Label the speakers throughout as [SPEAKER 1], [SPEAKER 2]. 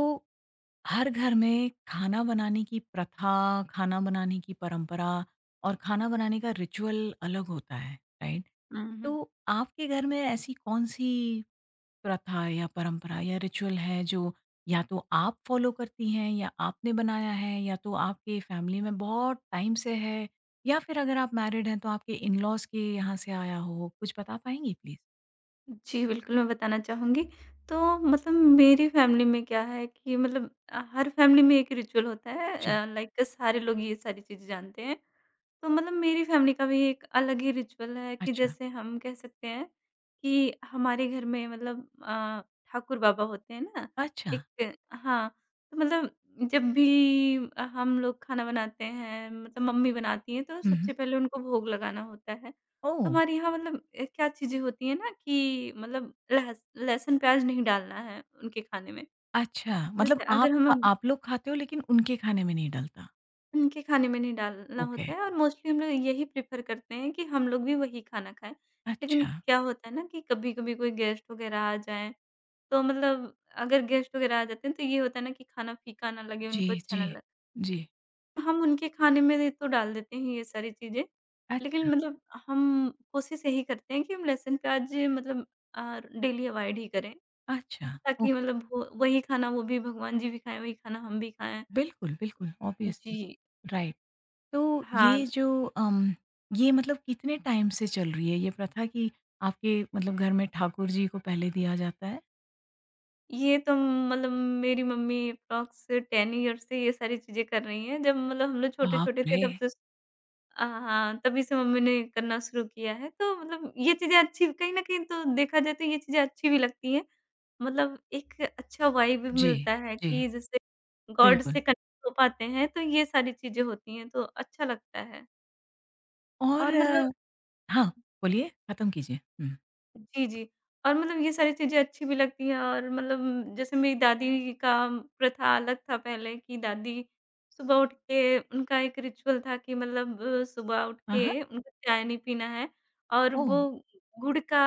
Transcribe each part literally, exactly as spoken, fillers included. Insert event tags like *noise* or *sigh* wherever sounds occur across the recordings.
[SPEAKER 1] तो हर घर में खाना बनाने की प्रथा, खाना बनाने की परंपरा और खाना बनाने का रिचुअल अलग होता है, राइट?
[SPEAKER 2] हुँ,
[SPEAKER 1] तो
[SPEAKER 2] हुँ।
[SPEAKER 1] आपके घर में ऐसी कौन-सी प्रथा या परंपरा या रिचुअल है जो या तो आप फॉलो करती हैं या आपने बनाया है या तो आपके फैमिली में बहुत टाइम से है या फिर अगर आप मैरिड हैं तो आपके इन-लॉज़ के यहाँ से आया हो? कुछ बता पाएँगी प्लीज़?
[SPEAKER 2] जी, बिल्कुल, मैं बताना चाहूँगी। तो मतलब मेरी फ़ैमिली में क्या है कि मतलब अ, हर फ़ैमिली में एक रिचुअल होता है
[SPEAKER 1] जी।
[SPEAKER 2] अ, लाइक सारे लोग ये सारी चीज़ें जानते हैं। तो मतलब मेरी फैमिली का भी एक अलग ही रिचुअल है कि
[SPEAKER 1] अच्छा।
[SPEAKER 2] जैसे हम कह सकते हैं कि हमारे घर में मतलब अ, ठाकुर बाबा होते हैं ना,
[SPEAKER 1] अच्छा।
[SPEAKER 2] एक हाँ, तो मतलब जब भी अ, हम लोग खाना बनाते हैं मतलब मम्मी बनाती हैं तो
[SPEAKER 1] हुँ, हुँ।
[SPEAKER 2] सबसे पहले उनको भोग लगाना होता है। तो
[SPEAKER 1] ओह!
[SPEAKER 2] हमारे यहाँ मतलब अ, क्या चीज़ें होती हैं ना कि मतलब लहस लहसुन, प्याज़ नहीं डालना है उनके खाने में।
[SPEAKER 1] अच्छा, मतलब
[SPEAKER 2] जैसे
[SPEAKER 1] आप
[SPEAKER 2] अगर हम
[SPEAKER 1] खा आप लोग खाते हो लेकिन उनके खाने में नहीं डलता?
[SPEAKER 2] उनके खाने में नहीं डालना
[SPEAKER 1] ओके,
[SPEAKER 2] होता है और मोस्टली हम लोग यही प्रेफ़र करते हैं कि हम लोग भी वही खाना खाएँ। लेकिन
[SPEAKER 1] अच्छा।
[SPEAKER 2] क्या होता है ना कि कभी-कभी कोई गेस्ट वग़ैरह आ जाएँ, तो मतलब अगर गेस्ट वग़ैरह आ जाते हैं तो ये होता है ना कि खाना फीका ना लगे,
[SPEAKER 1] जी,
[SPEAKER 2] उनको अच्छा
[SPEAKER 1] जी।
[SPEAKER 2] ना लगे।
[SPEAKER 1] जी,
[SPEAKER 2] हम उनके खाने में ये तो डाल देते हैं ये सारी चीज़ें, लेकिन
[SPEAKER 1] अच्छा,
[SPEAKER 2] मतलब हम कोशिश यही करते हैं कि हम लहसुन, प्याज़ मतलब अ, डेली अवॉइड ही करें,
[SPEAKER 1] अच्छा,
[SPEAKER 2] ताकि
[SPEAKER 1] ओके।
[SPEAKER 2] मतलब वो वही खाना वो भी भगवान जी भी खाएँ, वही खाना हम भी खाएँ।
[SPEAKER 1] बिल्कुल, बिल्कुल,
[SPEAKER 2] जी।
[SPEAKER 1] Obviously, right. तो ये
[SPEAKER 2] हाँ।
[SPEAKER 1] जो अम, ये मतलब कितने टाइम से चल रही है ये प्रथा कि आपके मतलब घर में ठाकुर जी को पहले दिया जाता है?
[SPEAKER 2] ये तो मतलब मेरी मम्मी अप्रॉक्स टेन ईयर से ये सारी चीज़ें कर रही हैं। जब मतलब हम लोग छोटे-छोटे
[SPEAKER 1] बाप
[SPEAKER 2] थे
[SPEAKER 1] रे!
[SPEAKER 2] तब से अ, हाँ, तभी से मम्मी ने करना शुरू किया है। तो मतलब ये चीज़ें अच्छी कहीं न कहीं तो देखा जाए तो ये चीज़ें अच्छी भी लगती हैं। मतलब एक अच्छा वाइब भी
[SPEAKER 1] जी,
[SPEAKER 2] मिलता है
[SPEAKER 1] जी,
[SPEAKER 2] कि जैसे गॉड
[SPEAKER 1] बिल्कुल
[SPEAKER 2] से कनेक्ट हो पाते हैं, तो ये सारी चीज़ें होती हैं, तो अच्छा लगता है।
[SPEAKER 1] और
[SPEAKER 2] और मतलब
[SPEAKER 1] अ, हाँ, बोलिए, खत्म कीजिए। हुँ।
[SPEAKER 2] जी, जी। और मतलब ये सारी चीज़ें अच्छी भी लगती हैं और मतलब जैसे मेरी दादी का प्रथा अलग था पहले कि दादी सुबह उठ के उनका एक रिचुअल था कि मतलब अ, सुबह उठ
[SPEAKER 1] हाँ, हाँ,
[SPEAKER 2] के उनको चाय नहीं पीना है और
[SPEAKER 1] ओह!
[SPEAKER 2] वो गुड़ का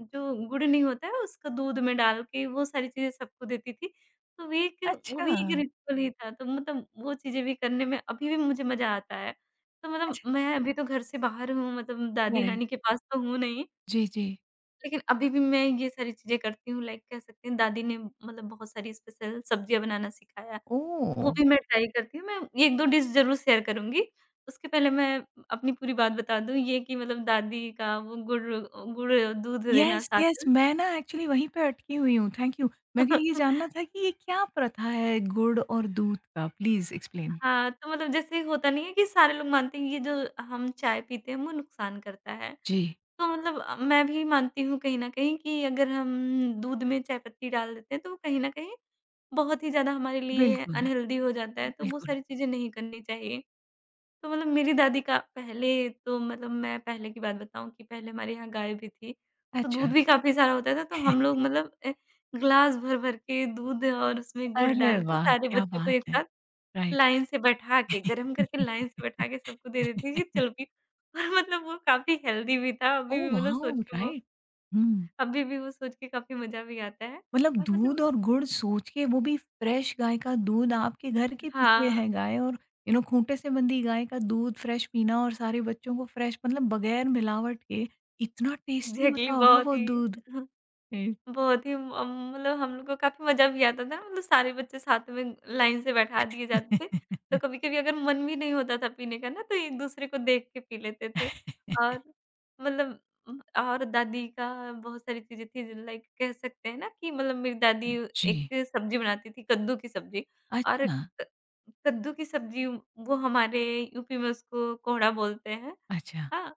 [SPEAKER 2] जो गुड़ नहीं होता है उसको दूध में डाल के वो सारी चीज़ें सबको देती थी। तो वो एक वो
[SPEAKER 1] अच्छा,
[SPEAKER 2] भी एक रिचुअल ही था तो मतलब वो चीज़ें भी करने में अभी भी मुझे मज़ा आता है। तो मतलब
[SPEAKER 1] अच्छा,
[SPEAKER 2] मैं अभी तो घर से बाहर हूँ मतलब
[SPEAKER 1] करेक्ट।
[SPEAKER 2] दादी-नानी के पास तो हूँ नहीं।
[SPEAKER 1] जी, जी।
[SPEAKER 2] लेकिन अभी भी मैं ये सारी चीज़ें करती हूँ लाइक कह सकते हैं दादी ने मतलब बहुत सारी स्पेशल सब्जियाँ बनाना सिखाया, वो
[SPEAKER 1] ओह!
[SPEAKER 2] भी मैं ट्राई करती हूँ। मैं एक दो डिश ज़रूर शेयर करूँगी। उसके पहले मैं अपनी पूरी बात बता दूँ ये कि मतलब दादी का वो गुड़ गुड़ दूध देना
[SPEAKER 1] यस,
[SPEAKER 2] साथ
[SPEAKER 1] यस,
[SPEAKER 2] में।
[SPEAKER 1] मैं ना एक्चुअली वहीं पे अटकी हुई हूँ, थैंक यू। मेरे को ये जानना
[SPEAKER 2] *laughs*
[SPEAKER 1] था कि ये क्या प्रथा है गुड़ और दूध का? Please explain.
[SPEAKER 2] हाँ, तो मतलब जैसे होता नहीं है कि सारे लोग मानते हैं ये जो हम चाय पीते हैं वो नुकसान करता है।
[SPEAKER 1] जी,
[SPEAKER 2] तो मतलब अ, मैं भी मानती हूँ कहीं न कहीं कि अगर हम दूध में चाय पत्ती डाल देते हैं, तो वो कहीं न कहीं बहुत ही ज़्यादा हमारे लिए
[SPEAKER 1] बिल्कुल,
[SPEAKER 2] अनहेल्दी हो जाता है, तो वो
[SPEAKER 1] बिल्कुल।
[SPEAKER 2] सारी चीज़ें नहीं करनी चाहिए। तो मतलब मेरी दादी का पहले तो मतलब मैं पहले की बात बताऊँ कि पहले हमारे यहाँ गाय भी थी, तो दूध
[SPEAKER 1] अच्छा।
[SPEAKER 2] भी काफ़ी सारा होता था, तो हम
[SPEAKER 1] *laughs*
[SPEAKER 2] लोग मतलब अ, ग्लास भर-भर के दूध और उसमें गुड़
[SPEAKER 1] अरे
[SPEAKER 2] डाल के
[SPEAKER 1] वाह!
[SPEAKER 2] सारे
[SPEAKER 1] क्या
[SPEAKER 2] बच्चों को
[SPEAKER 1] बात
[SPEAKER 2] एक
[SPEAKER 1] है।
[SPEAKER 2] साथ
[SPEAKER 1] राइट।
[SPEAKER 2] लाइन से बैठा के, गरम करके लाइन से बैठा के
[SPEAKER 1] *laughs*
[SPEAKER 2] सबको दे देती थी चल भी। *laughs* और मतलब वो काफ़ी हेल्दी भी था, अभी
[SPEAKER 1] ओह
[SPEAKER 2] भी मतलब सोच
[SPEAKER 1] वाओ!
[SPEAKER 2] के वो
[SPEAKER 1] राइट। हुँ।
[SPEAKER 2] अभी भी वो सोच के काफ़ी मज़ा भी आता है
[SPEAKER 1] मतलब
[SPEAKER 2] और
[SPEAKER 1] दूध
[SPEAKER 2] मतलब
[SPEAKER 1] और गुड़ सोच के वो भी फ्रेश गाय का दूध आपके घर के पीछे
[SPEAKER 2] हाँ,
[SPEAKER 1] है गाय और यू नो खूंटे से बंधी गाय का दूध फ्रेश पीना और सारे बच्चों को फ्रेश मतलब बगैर मिलावट के इतना टेस्टी
[SPEAKER 2] एग्ज़ैक्टली
[SPEAKER 1] होता होगा
[SPEAKER 2] बहुत
[SPEAKER 1] वो
[SPEAKER 2] ही
[SPEAKER 1] दूध। ए,
[SPEAKER 2] बहुत ही म मतलब हम लोग को काफ़ी मज़ा भी आता था ना, मतलब सारे बच्चे साथ में लाइन से बैठा दिए जाते थे। तो
[SPEAKER 1] *laughs*
[SPEAKER 2] कभी-कभी अगर मन भी नहीं होता था पीने का ना, तो एक-दूसरे को देख के पी लेते थे। और मतलब उम, और दादी का बहुत सारी चीज़ें थी लाइक कह सकते हैं ना कि मतलब मेरी दादी एक
[SPEAKER 1] जी।
[SPEAKER 2] सब्ज़ी बनाती थी, कद्दू की सब्ज़ी और
[SPEAKER 1] अच्छा।
[SPEAKER 2] क कद्दू की सब्ज़ी वो हमारे यू पी में उसको कोहड़ा बोलते हैं।
[SPEAKER 1] अच्छा।
[SPEAKER 2] हाँ,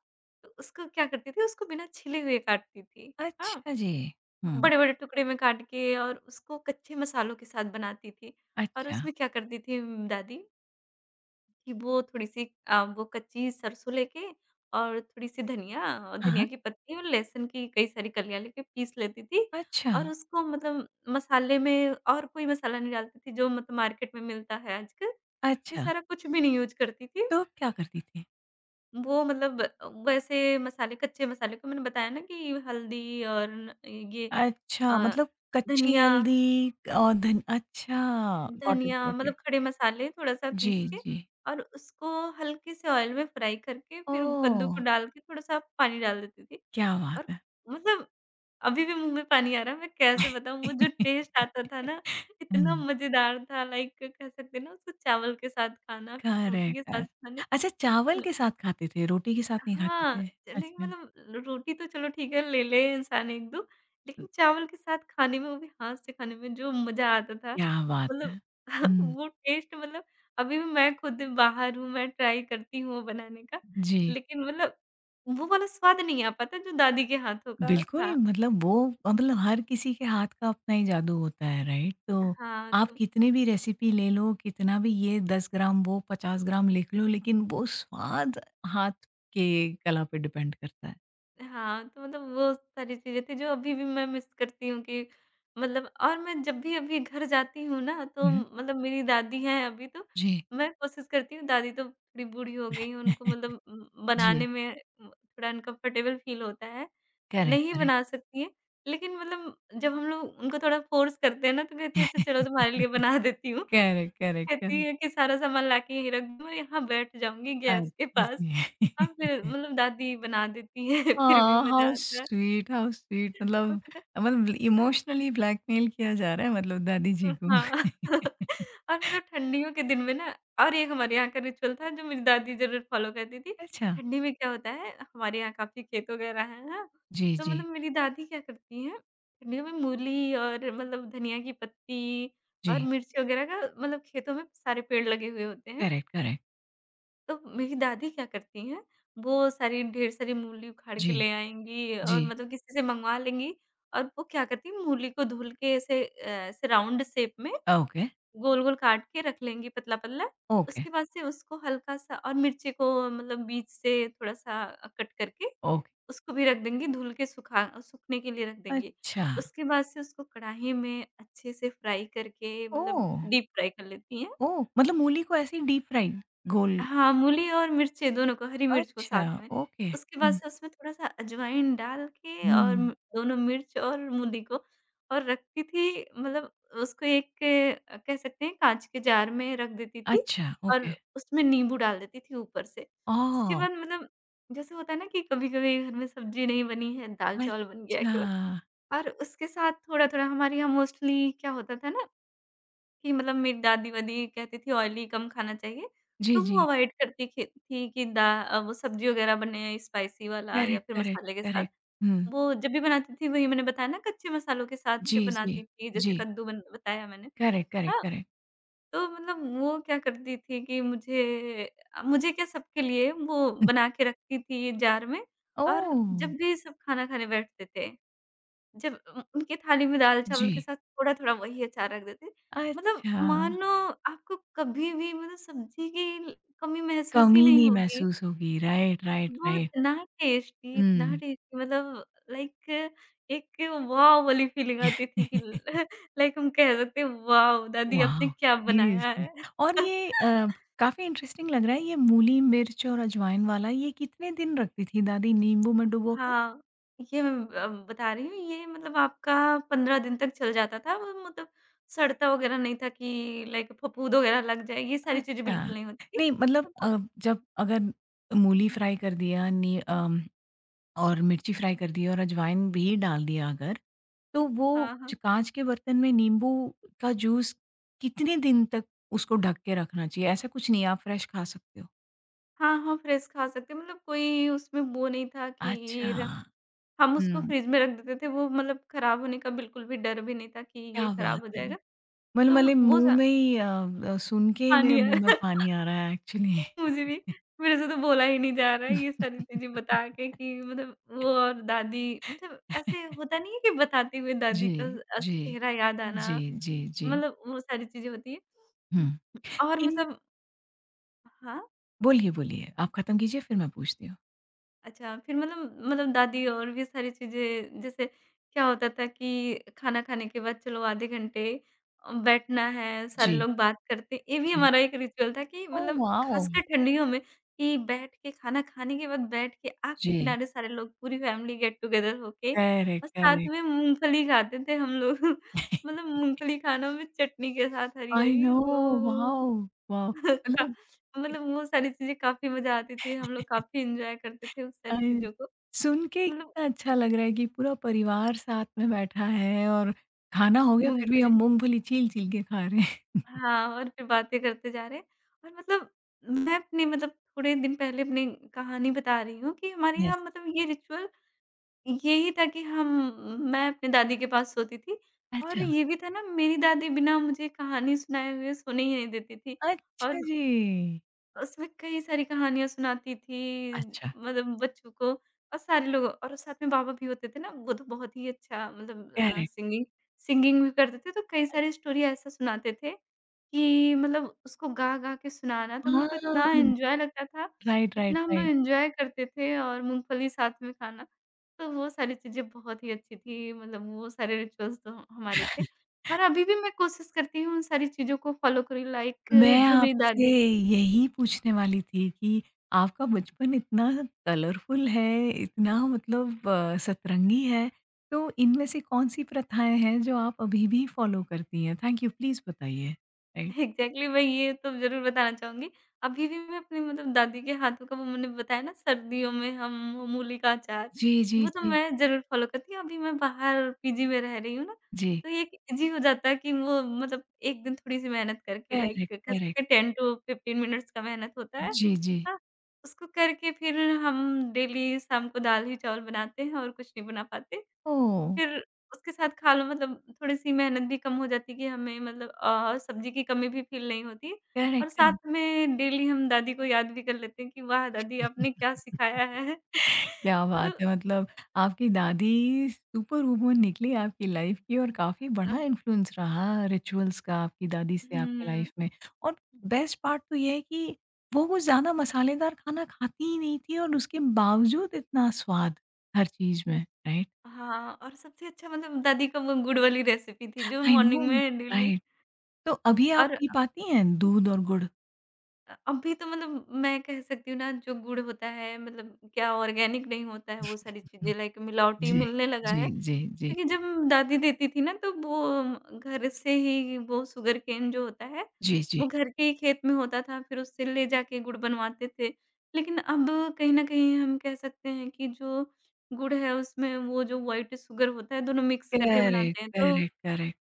[SPEAKER 2] तो उसको क्या करती थी, उसको बिना छिले हुए काटती थी। हाँ।
[SPEAKER 1] अच्छा जी। हम्म।
[SPEAKER 2] बड़े-बड़े टुकड़े में काट के और उसको कच्चे मसालों के साथ बनाती थी। और
[SPEAKER 1] अच्छा।
[SPEAKER 2] उसमें क्या करती थी उम, दादी कि वो थोड़ी-सी अ, वो कच्ची सरसों लेके और थोड़ी-सी धनिया और
[SPEAKER 1] हाँ,
[SPEAKER 2] धनिया
[SPEAKER 1] हाँ,
[SPEAKER 2] की पत्ती और लहसुन की कई सारी कलियाँ लेके पीस लेती थी
[SPEAKER 1] अच्छा।
[SPEAKER 2] और उसको मतलब मसाले में और कोई मसाला नहीं डालती थी जो मतलब मार्केट में मिलता है आजकल। ये
[SPEAKER 1] अच्छा।
[SPEAKER 2] सारा कुछ भी नहीं यूज़ करती थी।
[SPEAKER 1] तो क्या करती थी?
[SPEAKER 2] वो मतलब अ, वैसे मसाले कच्चे मसाले को मैंने बताया ना कि हल्दी और न ये
[SPEAKER 1] अच्छा,
[SPEAKER 2] अ,
[SPEAKER 1] मतलब कच्ची
[SPEAKER 2] धनिया
[SPEAKER 1] हल्दी और धन अच्छा। गॉट इट,
[SPEAKER 2] धनिया
[SPEAKER 1] गॉट
[SPEAKER 2] मतलब
[SPEAKER 1] इट।
[SPEAKER 2] खड़े मसाले थोड़ा-सा
[SPEAKER 1] जी,
[SPEAKER 2] पीस के
[SPEAKER 1] जी।
[SPEAKER 2] और उसको हल्के से ऑयल में फ्राई करके फिर कद्दू
[SPEAKER 1] ओह!
[SPEAKER 2] को डाल के थोड़ा-सा पानी डाल देती थी।
[SPEAKER 1] क्या
[SPEAKER 2] और
[SPEAKER 1] बात है!
[SPEAKER 2] मतलब अभी भी मुँह में पानी आ रहा है, मैं कैसे बताऊँ वो जो
[SPEAKER 1] *laughs*
[SPEAKER 2] टेस्ट आता था ना, इतना
[SPEAKER 1] हुँ।
[SPEAKER 2] मज़ेदार था, लाइक कह सकते हैं ना उसको चावल के साथ खाना, फिर रोटी के
[SPEAKER 1] करेक्ट।
[SPEAKER 2] साथ
[SPEAKER 1] अ,
[SPEAKER 2] खाने।
[SPEAKER 1] अच्छा, चावल के साथ खाते थे, रोटी के साथ नहीं खाते
[SPEAKER 2] हाँ,
[SPEAKER 1] थे?
[SPEAKER 2] नहीं
[SPEAKER 1] अच्छा।
[SPEAKER 2] मतलब रोटी तो चलो ठीक है, ले ले इंसान एक दो, लेकिन चावल के साथ खाने में, वो भी हाथ से खाने में जो मज़ा आता था,
[SPEAKER 1] क्या बात
[SPEAKER 2] मतलब
[SPEAKER 1] है!
[SPEAKER 2] *laughs*
[SPEAKER 1] हुँ,
[SPEAKER 2] वो टेस्ट मतलब अभी भी मैं खुद बाहर हूँ, मैं ट्राई करती हूँ वो बनाने का,
[SPEAKER 1] जी।
[SPEAKER 2] लेकिन मतलब वो वाला स्वाद नहीं आ पाता जो दादी के हाथों का
[SPEAKER 1] बिल्कुल,
[SPEAKER 2] था।
[SPEAKER 1] मतलब वो, मतलब हर किसी के हाथ का अपना ही जादू होता है, राइट? तो
[SPEAKER 2] हाँ,
[SPEAKER 1] आप
[SPEAKER 2] तो
[SPEAKER 1] कितनी भी रेसिपी ले लो, कितना भी ये दस ग्राम वो पचास ग्राम लिख लो, लेकिन वो स्वाद हाथ के कला पे डिपेंड करता है।
[SPEAKER 2] हाँ, तो मतलब वो सारी चीज़ें थी जो अभी भी मैं मिस करती हूँ कि मतलब और मैं जब भी अभी घर जाती हूँ ना, तो
[SPEAKER 1] हुँ,
[SPEAKER 2] मतलब मेरी दादी हैं अभी तो,
[SPEAKER 1] जी।
[SPEAKER 2] मैं कोशिश करती हूँ, दादी तो थोड़ी बूढ़ी हो गई हैं उनको
[SPEAKER 1] *laughs*
[SPEAKER 2] मतलब उम, बनाने
[SPEAKER 1] जी।
[SPEAKER 2] में उम, थोड़ा अनकम्फर्टेबल फ़ील होता है,
[SPEAKER 1] करेक्ट,
[SPEAKER 2] नहीं
[SPEAKER 1] करेक्ट।
[SPEAKER 2] बना सकती हैं। लेकिन मतलब जब हम लोग उनको थोड़ा फ़ोर्स करते हैं ना तो कहती है अच्छा चलो तुम्हारे
[SPEAKER 1] *laughs*
[SPEAKER 2] लिए बना देती हूँ।
[SPEAKER 1] करेक्ट, करेक्ट,
[SPEAKER 2] कहती
[SPEAKER 1] करेक्ट।
[SPEAKER 2] है कि सारा सामान लाके यहीं रख दो, यहाँ बैठ जाऊँगी गैस के
[SPEAKER 1] अच्छा
[SPEAKER 2] पास।
[SPEAKER 1] जी।
[SPEAKER 2] हाँ, फिर
[SPEAKER 1] *laughs*
[SPEAKER 2] मतलब दादी बना देती है *laughs* फिर भी
[SPEAKER 1] आह,
[SPEAKER 2] मज़ा
[SPEAKER 1] हाउ
[SPEAKER 2] आता है।
[SPEAKER 1] Sweet, how sweet. *laughs*
[SPEAKER 2] और
[SPEAKER 1] मतलब
[SPEAKER 2] पता है
[SPEAKER 1] मतलब इमोशनली ब्लैकमेल किया जा रहा है मतलब दादी जी को।
[SPEAKER 2] हाँ, *laughs*
[SPEAKER 1] *laughs*
[SPEAKER 2] और मतलब ठंडियों के दिन में ना और एक हमारे यहाँ का रिचुअल था जो मेरी दादी ज़रूर फ़ॉलो करती थी।
[SPEAKER 1] अच्छा।
[SPEAKER 2] ठंडी में क्या होता है, हमारे यहाँ काफ़ी खेत वगैरह हैं, हाँ।
[SPEAKER 1] जी,
[SPEAKER 2] तो
[SPEAKER 1] जी,
[SPEAKER 2] मतलब मेरी दादी क्या करती हैं, ठंडियों में मूली और मतलब धनिया की पत्ती
[SPEAKER 1] जी।
[SPEAKER 2] और मिर्च वगैरह का मतलब खेतों में सारे पेड़ लगे हुए होते हैं।
[SPEAKER 1] Correct, correct.
[SPEAKER 2] तो मेरी दादी क्या करती हैं, वो सारी ढेर सारी मूली उखाड़ के
[SPEAKER 1] जी,
[SPEAKER 2] ले आएँगी
[SPEAKER 1] जी।
[SPEAKER 2] और मतलब किसी से मँगवा लेंगी और वो क्या करती हैं मूली को धुल के ऐसे अ, ऐसे राउंड शेप में
[SPEAKER 1] ओके,
[SPEAKER 2] गोल-गोल काट के रख लेंगी पतला-पतला।
[SPEAKER 1] ओके,
[SPEAKER 2] उसके बाद से उसको हल्का-सा, और मिर्ची को मतलब बीच से थोड़ा-सा अ, कट करके
[SPEAKER 1] ओके।
[SPEAKER 2] उसको भी रख देंगी, धुल के सुखा सूखने के लिए रख देंगी।
[SPEAKER 1] अच्छा।
[SPEAKER 2] उसके बाद से उसको कढ़ाई में अच्छे से फ्राई करके मतलब
[SPEAKER 1] ओह!
[SPEAKER 2] डीप फ्राई कर लेती हैं।
[SPEAKER 1] ओह! मतलब मूली को ऐसे ही डीप फ्राई गोल।
[SPEAKER 2] हाँ, मूली और मिर्चें दोनों को, हरी मिर्च को
[SPEAKER 1] अच्छा,
[SPEAKER 2] साथ में।
[SPEAKER 1] ओके।
[SPEAKER 2] उसके बाद
[SPEAKER 1] हुँ,
[SPEAKER 2] से उसमें थोड़ा-सा अजवाइन डाल के और म
[SPEAKER 1] हुँ।
[SPEAKER 2] दोनों मिर्च और मूली को और रखती थी, मतलब उसको एक अ, कह सकते हैं काँच के जार में रख देती थी
[SPEAKER 1] अच्छा,
[SPEAKER 2] और
[SPEAKER 1] ओके।
[SPEAKER 2] उसमें नींबू डाल देती थी ऊपर से। उसके
[SPEAKER 1] ओह!
[SPEAKER 2] बाद मतलब जैसे होता है ना कि कभी-कभी घर में सब्ज़ी नहीं बनी है, दाल-चावल बन गया है
[SPEAKER 1] अच्छा।
[SPEAKER 2] केवल, और उसके साथ थोड़ा-थोड़ा हमारे यहाँ मोस्टली क्या होता था ना कि मतलब मेरी दादी-वादी कहती थी ऑयली कम खाना चाहिए,
[SPEAKER 1] जी,
[SPEAKER 2] तो वो
[SPEAKER 1] जी।
[SPEAKER 2] अवॉइड करती खी थी कि दा अ, वो सब्ज़ी वग़ैरह बने स्पाइसी वाला या
[SPEAKER 1] करेक्ट,
[SPEAKER 2] फिर
[SPEAKER 1] करेक्ट,
[SPEAKER 2] मसाले के साथ।
[SPEAKER 1] करेक्ट। हुँ।
[SPEAKER 2] वो जब भी बनाती थी वही मैंने बताया ना कच्चे मसालों के साथ से
[SPEAKER 1] जी, जी,
[SPEAKER 2] बनाती थी, जैसे
[SPEAKER 1] जी।
[SPEAKER 2] कद्दू बन बताया मैंने।
[SPEAKER 1] करेक्ट, करेक्ट,
[SPEAKER 2] हाँ,
[SPEAKER 1] करेक्ट।
[SPEAKER 2] तो मतलब वो क्या करती थी कि मुझे अ, मुझे क्या सबके लिए वो बना के रखती थी जार में, और
[SPEAKER 1] ओह!
[SPEAKER 2] जब भी सब खाना खाने बैठते थे जब उ उनकी थाली में दाल-चावल
[SPEAKER 1] जी।
[SPEAKER 2] के साथ थोड़ा-थोड़ा वही अचार रख देते हैं। मतलब
[SPEAKER 1] अच्छा,
[SPEAKER 2] मानो आपको कभी भी मतलब सब्ज़ी की ल कमी महसूस ही
[SPEAKER 1] कमी
[SPEAKER 2] नहीं
[SPEAKER 1] नहीं
[SPEAKER 2] होगी।
[SPEAKER 1] महसूस होगी। राइट, राइट,
[SPEAKER 2] वो
[SPEAKER 1] राइट।
[SPEAKER 2] इतना टेस्टी, इतना
[SPEAKER 1] हुँ।
[SPEAKER 2] टेस्टी, मतलब लाइक एक वॉव वाली फीलिंग आती
[SPEAKER 1] वॉव!
[SPEAKER 2] थी कि
[SPEAKER 1] *laughs*
[SPEAKER 2] ल लाइक हम कह सकते हैं वाओ! दादी आपने क्या बनाया
[SPEAKER 1] सीरियसली।
[SPEAKER 2] है।
[SPEAKER 1] और ये अ,
[SPEAKER 2] *laughs*
[SPEAKER 1] काफ़ी इंटरेस्टिंग लग रहा है ये मूली, मिर्च और अजवाइन वाला, ये कितने दिन रखती थी दादी नींबू में डुबो के?
[SPEAKER 2] हाँ, ये मैं ब अब बता रही हूँ, ये मतलब आपका पंद्रह दिन तक चल जाता था वो मतलब सड़ता वगैरह नहीं था कि लाइक फफूंद वगैरह लग जाए, ये सारी चीज़ें बिल्कुल
[SPEAKER 1] अच्छा।
[SPEAKER 2] नहीं होती थी।
[SPEAKER 1] नहीं, मतलब
[SPEAKER 2] आपको।
[SPEAKER 1] अ, जब अगर मूली फ्राई कर दिया, नी अम, और मिर्ची फ्राई कर दी और अजवाइन भी डाल दिया, अगर तो वो
[SPEAKER 2] हाँ,
[SPEAKER 1] च
[SPEAKER 2] हाँ।
[SPEAKER 1] काँच के बर्तन में नींबू का जूस कितने दिन तक उसको ढक के रखना चाहिए? ऐसा कुछ नहीं है, आप फ्रेश खा सकते हो।
[SPEAKER 2] हाँ, हाँ, फ्रेश खा सकते हैं मतलब कोई उसमें वो नहीं था कि ये
[SPEAKER 1] अच्छा,
[SPEAKER 2] र हम उसको
[SPEAKER 1] हुँ,
[SPEAKER 2] फ्रिज में रख देते थे, वो मतलब खराब होने का बिल्कुल भी डर भी नहीं था कि
[SPEAKER 1] क्या
[SPEAKER 2] ये
[SPEAKER 1] बात
[SPEAKER 2] खराब हो
[SPEAKER 1] है!
[SPEAKER 2] जाएगा।
[SPEAKER 1] मतलब
[SPEAKER 2] तो
[SPEAKER 1] मेरे
[SPEAKER 2] वो
[SPEAKER 1] मुँह
[SPEAKER 2] सा
[SPEAKER 1] में ही अ अ, सुन के ही
[SPEAKER 2] पानी
[SPEAKER 1] मेरे मुँह
[SPEAKER 2] है।
[SPEAKER 1] में पानी आ रहा है एक्चुअली।
[SPEAKER 2] मुझे भी मेरे से तो बोला ही नहीं जा रहा है ये सारी चीज़ें बता
[SPEAKER 1] *laughs*
[SPEAKER 2] के, कि मतलब वो और दादी। मतलब ऐसे होता नहीं है कि बताते हुए दादी
[SPEAKER 1] जी,
[SPEAKER 2] का अ,
[SPEAKER 1] जी।
[SPEAKER 2] चेहरा याद आना,
[SPEAKER 1] जी, जी, जी।
[SPEAKER 2] मतलब वो सारी चीज़ें होती हैं
[SPEAKER 1] हुँ।
[SPEAKER 2] और
[SPEAKER 1] इन
[SPEAKER 2] मतलब। हाँ।
[SPEAKER 1] बोलिए, बोलिए। आप खत्म कीजिए फिर मैं पूछती हूँ।
[SPEAKER 2] अच्छा, फिर मतलब मतलब दादी और भी सारी चीज़ें जैसे क्या होता था कि खाना खाने के बाद चलो आधे घंटे अ, बैठना है, सारे
[SPEAKER 1] जी,
[SPEAKER 2] लोग बात करते हैं। ये भी
[SPEAKER 1] जी।
[SPEAKER 2] हमारा एक रिचुअल था कि
[SPEAKER 1] ओह
[SPEAKER 2] मतलब
[SPEAKER 1] वाओ!
[SPEAKER 2] खासकर ठंडियों में, कि बैठ के खाना खाने के बाद बैठ के आग के
[SPEAKER 1] जी।
[SPEAKER 2] किनारे सारे लोग पूरी फैमिली गेट टुगेदर होके
[SPEAKER 1] करेक्ट,
[SPEAKER 2] और साथ
[SPEAKER 1] करेक्ट।
[SPEAKER 2] में मूँगफली खाते थे हम लोग। *laughs* मतलब मूँगफली खाना में चटनी के साथ
[SPEAKER 1] आई नो!
[SPEAKER 2] हरी-हरी वो।
[SPEAKER 1] वॉव! वॉव!
[SPEAKER 2] *laughs* अच्छा,
[SPEAKER 1] मतलब कि
[SPEAKER 2] मतलब वो सारी चीज़ें काफ़ी मज़ा आती थी, हम लोग
[SPEAKER 1] *laughs*
[SPEAKER 2] काफ़ी एन्जॉय करते थे उस
[SPEAKER 1] अ,
[SPEAKER 2] सारी चीज़ों को।
[SPEAKER 1] सुन के ही
[SPEAKER 2] मतलब
[SPEAKER 1] कितना अच्छा लग रहा है कि पूरा परिवार साथ में बैठा है और खाना हो गया फिर भी
[SPEAKER 2] मूँगफली।
[SPEAKER 1] हम मूँगफली छील-छील के खा रहे हैं।
[SPEAKER 2] हाँ, और फिर बातें करते जा रहे हैं और मतलब मैं अपनी मतलब थोड़े दिन पहले अपनी कहानी बता रही हूँ कि हमारे यहाँ
[SPEAKER 1] यस।
[SPEAKER 2] मतलब ये रिचुअल यही था कि हम, मैं अपनी दादी के पास सोती थी। और
[SPEAKER 1] अच्छा।
[SPEAKER 2] ये भी था ना, मेरी दादी बिना मुझे कहानी सुनाए हुए सोने ही नहीं देती थी और
[SPEAKER 1] अच्छा जी।
[SPEAKER 2] उसमें कई सारी कहानियाँ सुनाती थी,
[SPEAKER 1] अच्छा।
[SPEAKER 2] मतलब बच्चों को। और सारे लोग और साथ में बाबा भी होते थे ना, वो तो बहुत ही अच्छा, मतलब अ,
[SPEAKER 1] करेक्ट।
[SPEAKER 2] सिंगिंग सिंगिंग भी करते थे, तो कई सारी स्टोरी ऐसा सुनाते थे कि मतलब उसको गा-गा के सुनाना, तो हम लोग को इतना
[SPEAKER 1] हाँ,
[SPEAKER 2] एन्जॉय लगता था,
[SPEAKER 1] राइट, राइट,
[SPEAKER 2] इतना हम लोग
[SPEAKER 1] राइट।
[SPEAKER 2] एन्जॉय करते थे और मूँगफली साथ में खाना। तो वो सारी चीज़ें बहुत ही अच्छी थी, मतलब वो सारे रिचुअल्स तो हमारे थे और अभी भी मैं कोशिश करती हूँ उन सारी चीज़ों को फ़ॉलो करूँ, लाइक
[SPEAKER 1] मैं
[SPEAKER 2] जो मेरी
[SPEAKER 1] आपसे
[SPEAKER 2] दादी।
[SPEAKER 1] यही पूछने वाली थी कि आपका बचपन इतना कलरफुल है, इतना मतलब अ, सतरंगी है, तो इनमें से कौन-सी प्रथाएँ हैं जो आप अभी भी फ़ॉलो करती हैं? थैंक यू, प्लीज़ बताइए। राइट।
[SPEAKER 2] एग्ज़ैक्टली, मैं ये तो ज़रूर बताना चाहूँगी। अभी भी मैं अपनी मतलब दादी के हाथों का वो मैंने बताया ना, सर्दियों में हम मूली का अचार,
[SPEAKER 1] जी, जी,
[SPEAKER 2] वो तो
[SPEAKER 1] जी।
[SPEAKER 2] मैं ज़रूर फ़ॉलो करती हूँ। अभी मैं बाहर पी जी में रह रही हूँ ना,
[SPEAKER 1] जी।
[SPEAKER 2] तो ये ईज़ी हो जाता है कि वो मतलब एक दिन थोड़ी-सी मेहनत करके लाइक
[SPEAKER 1] करेक्ट,
[SPEAKER 2] कह
[SPEAKER 1] करेक्ट।
[SPEAKER 2] सकते हैं टेन टू फ़िफ़्टीन मिनट्स का मेहनत होता है।
[SPEAKER 1] जी, जी।
[SPEAKER 2] हाँ, उसको करके फिर हम डेली शाम को दाल ही चावल बनाते हैं और कुछ नहीं बना पाते।
[SPEAKER 1] ओह!
[SPEAKER 2] फिर उसके साथ खा लो, मतलब थोड़ी-सी मेहनत भी कम हो जाती कि हमें मतलब अ, सब्ज़ी की कमी भी फ़ील नहीं होती और
[SPEAKER 1] करेक्ट, करेक्ट।
[SPEAKER 2] साथ में डेली हम दादी को याद भी कर लेते हैं कि वाह! दादी आपने क्या सिखाया है। *laughs*
[SPEAKER 1] क्या बात
[SPEAKER 2] मतलब
[SPEAKER 1] है! मतलब आपकी दादी सुपर वूमन निकली आपकी लाइफ की और काफ़ी
[SPEAKER 2] अ,
[SPEAKER 1] बड़ा इन्फ्लुएंस रहा रिचुअल्स का आपकी दादी से। हुँ। आपकी
[SPEAKER 2] हुँ।
[SPEAKER 1] लाइफ में। और बेस्ट पार्ट तो ये है कि वो कुछ ज़्यादा मसालेदार खाना खाती ही नहीं थी और उसके बावजूद इतना स्वाद हर चीज़ में, राइट?
[SPEAKER 2] हाँ, और सबसे अच्छा मतलब दादी का वो गुड़ वाली रेसिपी थी जो
[SPEAKER 1] आई नो,
[SPEAKER 2] मॉर्निंग में डेली।
[SPEAKER 1] राइट। तो अभी आप
[SPEAKER 2] और
[SPEAKER 1] पी पाती हैं दूध और गुड़?
[SPEAKER 2] अ, अभी तो मतलब मैं कह सकती हूँ ना, जो गुड़ होता है मतलब क्या ऑर्गेनिक नहीं होता है, वो सारी चीज़ें
[SPEAKER 1] हुँ,
[SPEAKER 2] लाइक मिलावटी
[SPEAKER 1] जी,
[SPEAKER 2] मिलने लगा है।
[SPEAKER 1] जी, जी, जी।
[SPEAKER 2] क्योंकि जब दादी देती थी ना, तो वो अम, घर से ही वो शुगरकेन जो होता है,
[SPEAKER 1] जी, जी।
[SPEAKER 2] वो घर के ही खेत में होता था, फिर उससे ले जाके गुड़ बनवाते थे। लेकिन अब कहीं न कहीं हम कह सकते हैं कि जो गुड़ है उसमें वो जो व्हाइट शुगर होता है, दोनों मिक्स करके
[SPEAKER 1] करेक्ट,
[SPEAKER 2] बनाते हैं तो
[SPEAKER 1] करेक्ट, करेक्ट।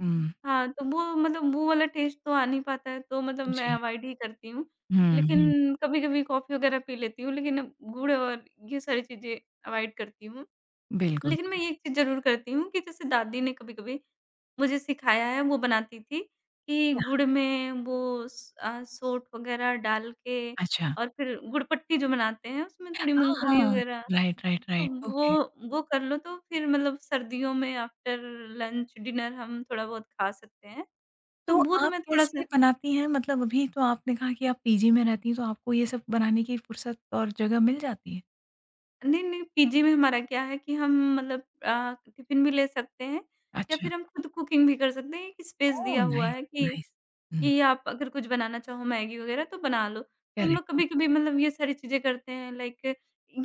[SPEAKER 1] हुँ,
[SPEAKER 2] हाँ, तो वो मतलब वो वाला टेस्ट तो आ नहीं पाता है, तो मतलब मैं
[SPEAKER 1] जी।
[SPEAKER 2] अवॉइड ही करती हूँ।
[SPEAKER 1] हुँ, हुँ,
[SPEAKER 2] लेकिन कभी-कभी कॉफ़ी वगैरह पी लेती हूँ, लेकिन अब गुड़ और ये सारी चीज़ें अवॉइड करती हूँ।
[SPEAKER 1] बिल्कुल।
[SPEAKER 2] लेकिन मैं एक चीज़ ज़रूर करती हूँ कि जैसे दादी ने कभी-कभी मुझे सिखाया है, वो बनाती थी कि
[SPEAKER 1] क्या
[SPEAKER 2] गुड़ में वो स अ, सोंठ वग़ैरह डाल के
[SPEAKER 1] अच्छा।
[SPEAKER 2] और फिर गुड़पट्टी जो बनाते हैं, उसमें थोड़ी
[SPEAKER 1] हाँ,
[SPEAKER 2] मूँगफली
[SPEAKER 1] हाँ।
[SPEAKER 2] वग़ैरह।
[SPEAKER 1] राइट, राइट,
[SPEAKER 2] तो
[SPEAKER 1] राइट।
[SPEAKER 2] वो
[SPEAKER 1] ओके।
[SPEAKER 2] वो कर लो तो फिर मतलब सर्दियों में आफ्टर लंच, डिनर हम थोड़ा-बहुत खा सकते हैं। तो
[SPEAKER 1] तो
[SPEAKER 2] वो तो
[SPEAKER 1] आप
[SPEAKER 2] मैं
[SPEAKER 1] कैसे
[SPEAKER 2] थोड़ा-सा।
[SPEAKER 1] बनाती हैं? मतलब अभी तो आपने कहा कि आप पीजी में रहती हैं, तो आपको ये सब बनाने की फुर्सत और जगह मिल जाती है?
[SPEAKER 2] नहीं, नहीं, पी जी में हमारा क्या है कि हम मतलब अ, टिफ़िन भी ले सकते हैं या
[SPEAKER 1] अच्छा।
[SPEAKER 2] फिर हम खुद कुकिंग भी कर सकते हैं। एक स्पेस
[SPEAKER 1] ओह!
[SPEAKER 2] दिया हुआ
[SPEAKER 1] नाइस,
[SPEAKER 2] है कि
[SPEAKER 1] नाइस। हुँ,
[SPEAKER 2] कि आप अगर कुछ बनाना चाहो मैगी वगैरह तो बना लो। तो हम
[SPEAKER 1] करेक्ट
[SPEAKER 2] लोग
[SPEAKER 1] है।
[SPEAKER 2] कभी-कभी मतलब ये सारी चीज़ें करते हैं, लाइक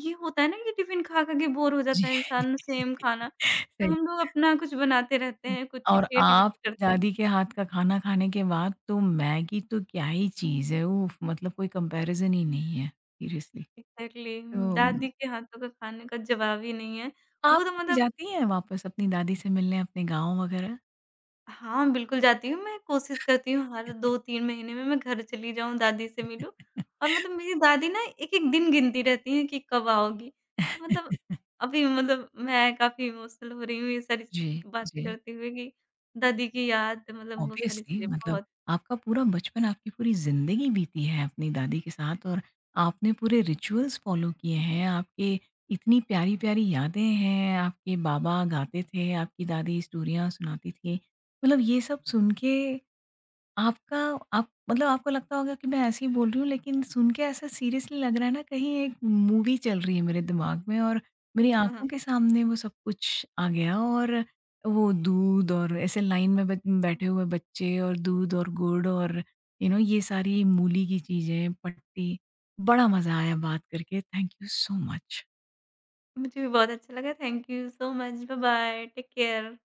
[SPEAKER 2] ये होता है ना कि टिफ़िन खा-खा के बोर हो
[SPEAKER 1] जी।
[SPEAKER 2] जाता है इंसान सेम
[SPEAKER 1] *laughs*
[SPEAKER 2] खाना। तो
[SPEAKER 1] सही
[SPEAKER 2] हम लोग अपना कुछ बनाते रहते
[SPEAKER 1] है।
[SPEAKER 2] हैं, कुछ
[SPEAKER 1] और
[SPEAKER 2] क्रिएटिविटी
[SPEAKER 1] आपकी
[SPEAKER 2] करते हैं।
[SPEAKER 1] दादी के हाथ का खाना खाने के बाद तो मैगी तो क्या ही चीज़ है। उफ़! मतलब कोई कंपैरिज़न ही नहीं है, सीरियसली।
[SPEAKER 2] एग्ज़ैक्टली,
[SPEAKER 1] तो
[SPEAKER 2] दादी के हाथों का खाने का जवाब ही नहीं है। वो
[SPEAKER 1] आप
[SPEAKER 2] तो
[SPEAKER 1] कभी
[SPEAKER 2] मतलब
[SPEAKER 1] जाती हैं वापस अपनी दादी से मिलने अपने गाँव वगैरह?
[SPEAKER 2] हाँ, बिल्कुल जाती हूँ। मैं कोशिश करती हूँ हर दो तीन महीने में मैं घर चली जाऊँ, दादी से मिलूँ और
[SPEAKER 1] *laughs*
[SPEAKER 2] मतलब मेरी दादी ना एक-एक दिन गिनती रहती हैं कि कब आओगी। तो मतलब अभी मतलब मैं काफ़ी इमोशनल हो रही हूँ ये सारी
[SPEAKER 1] जी,
[SPEAKER 2] बातें
[SPEAKER 1] जी।
[SPEAKER 2] करते हुए कि दादी की याद मतलब वो सारी
[SPEAKER 1] ऑब्वियसली,
[SPEAKER 2] चीज़ें
[SPEAKER 1] मतलब
[SPEAKER 2] बहुत।
[SPEAKER 1] आपका पूरा बचपन, आपकी पूरी ज़िंदगी बीती है अपनी दादी के साथ और आपने पूरे रिचुअल्स फ़ॉलो किए हैं, आपके इतनी प्यारी-प्यारी यादें हैं, आपके बाबा गाते थे, आपकी दादी स्टोरियाँ सुनाती थी। मतलब ये सब सुन के आपका आप मतलब आपको लगता होगा कि मैं ऐसे ही बोल रही हूँ, लेकिन सुन के ऐसा सीरियसली लग रहा है ना, कहीं एक मूवी चल रही है मेरे दिमाग में और मेरी
[SPEAKER 2] हाँ,
[SPEAKER 1] आँखों
[SPEAKER 2] हाँ।
[SPEAKER 1] के सामने वो सब कुछ आ गया, और वो दूध और ऐसे लाइन में बै बैठे हुए बच्चे और दूध और गुड़ और यू नो ये सारी मूली की चीज़ें, पट्टी, बड़ा मज़ा आया बात करके। Thank you so much.
[SPEAKER 2] मुझे भी बहुत अच्छा लगा। Thank you so much. Bye bye. Take care.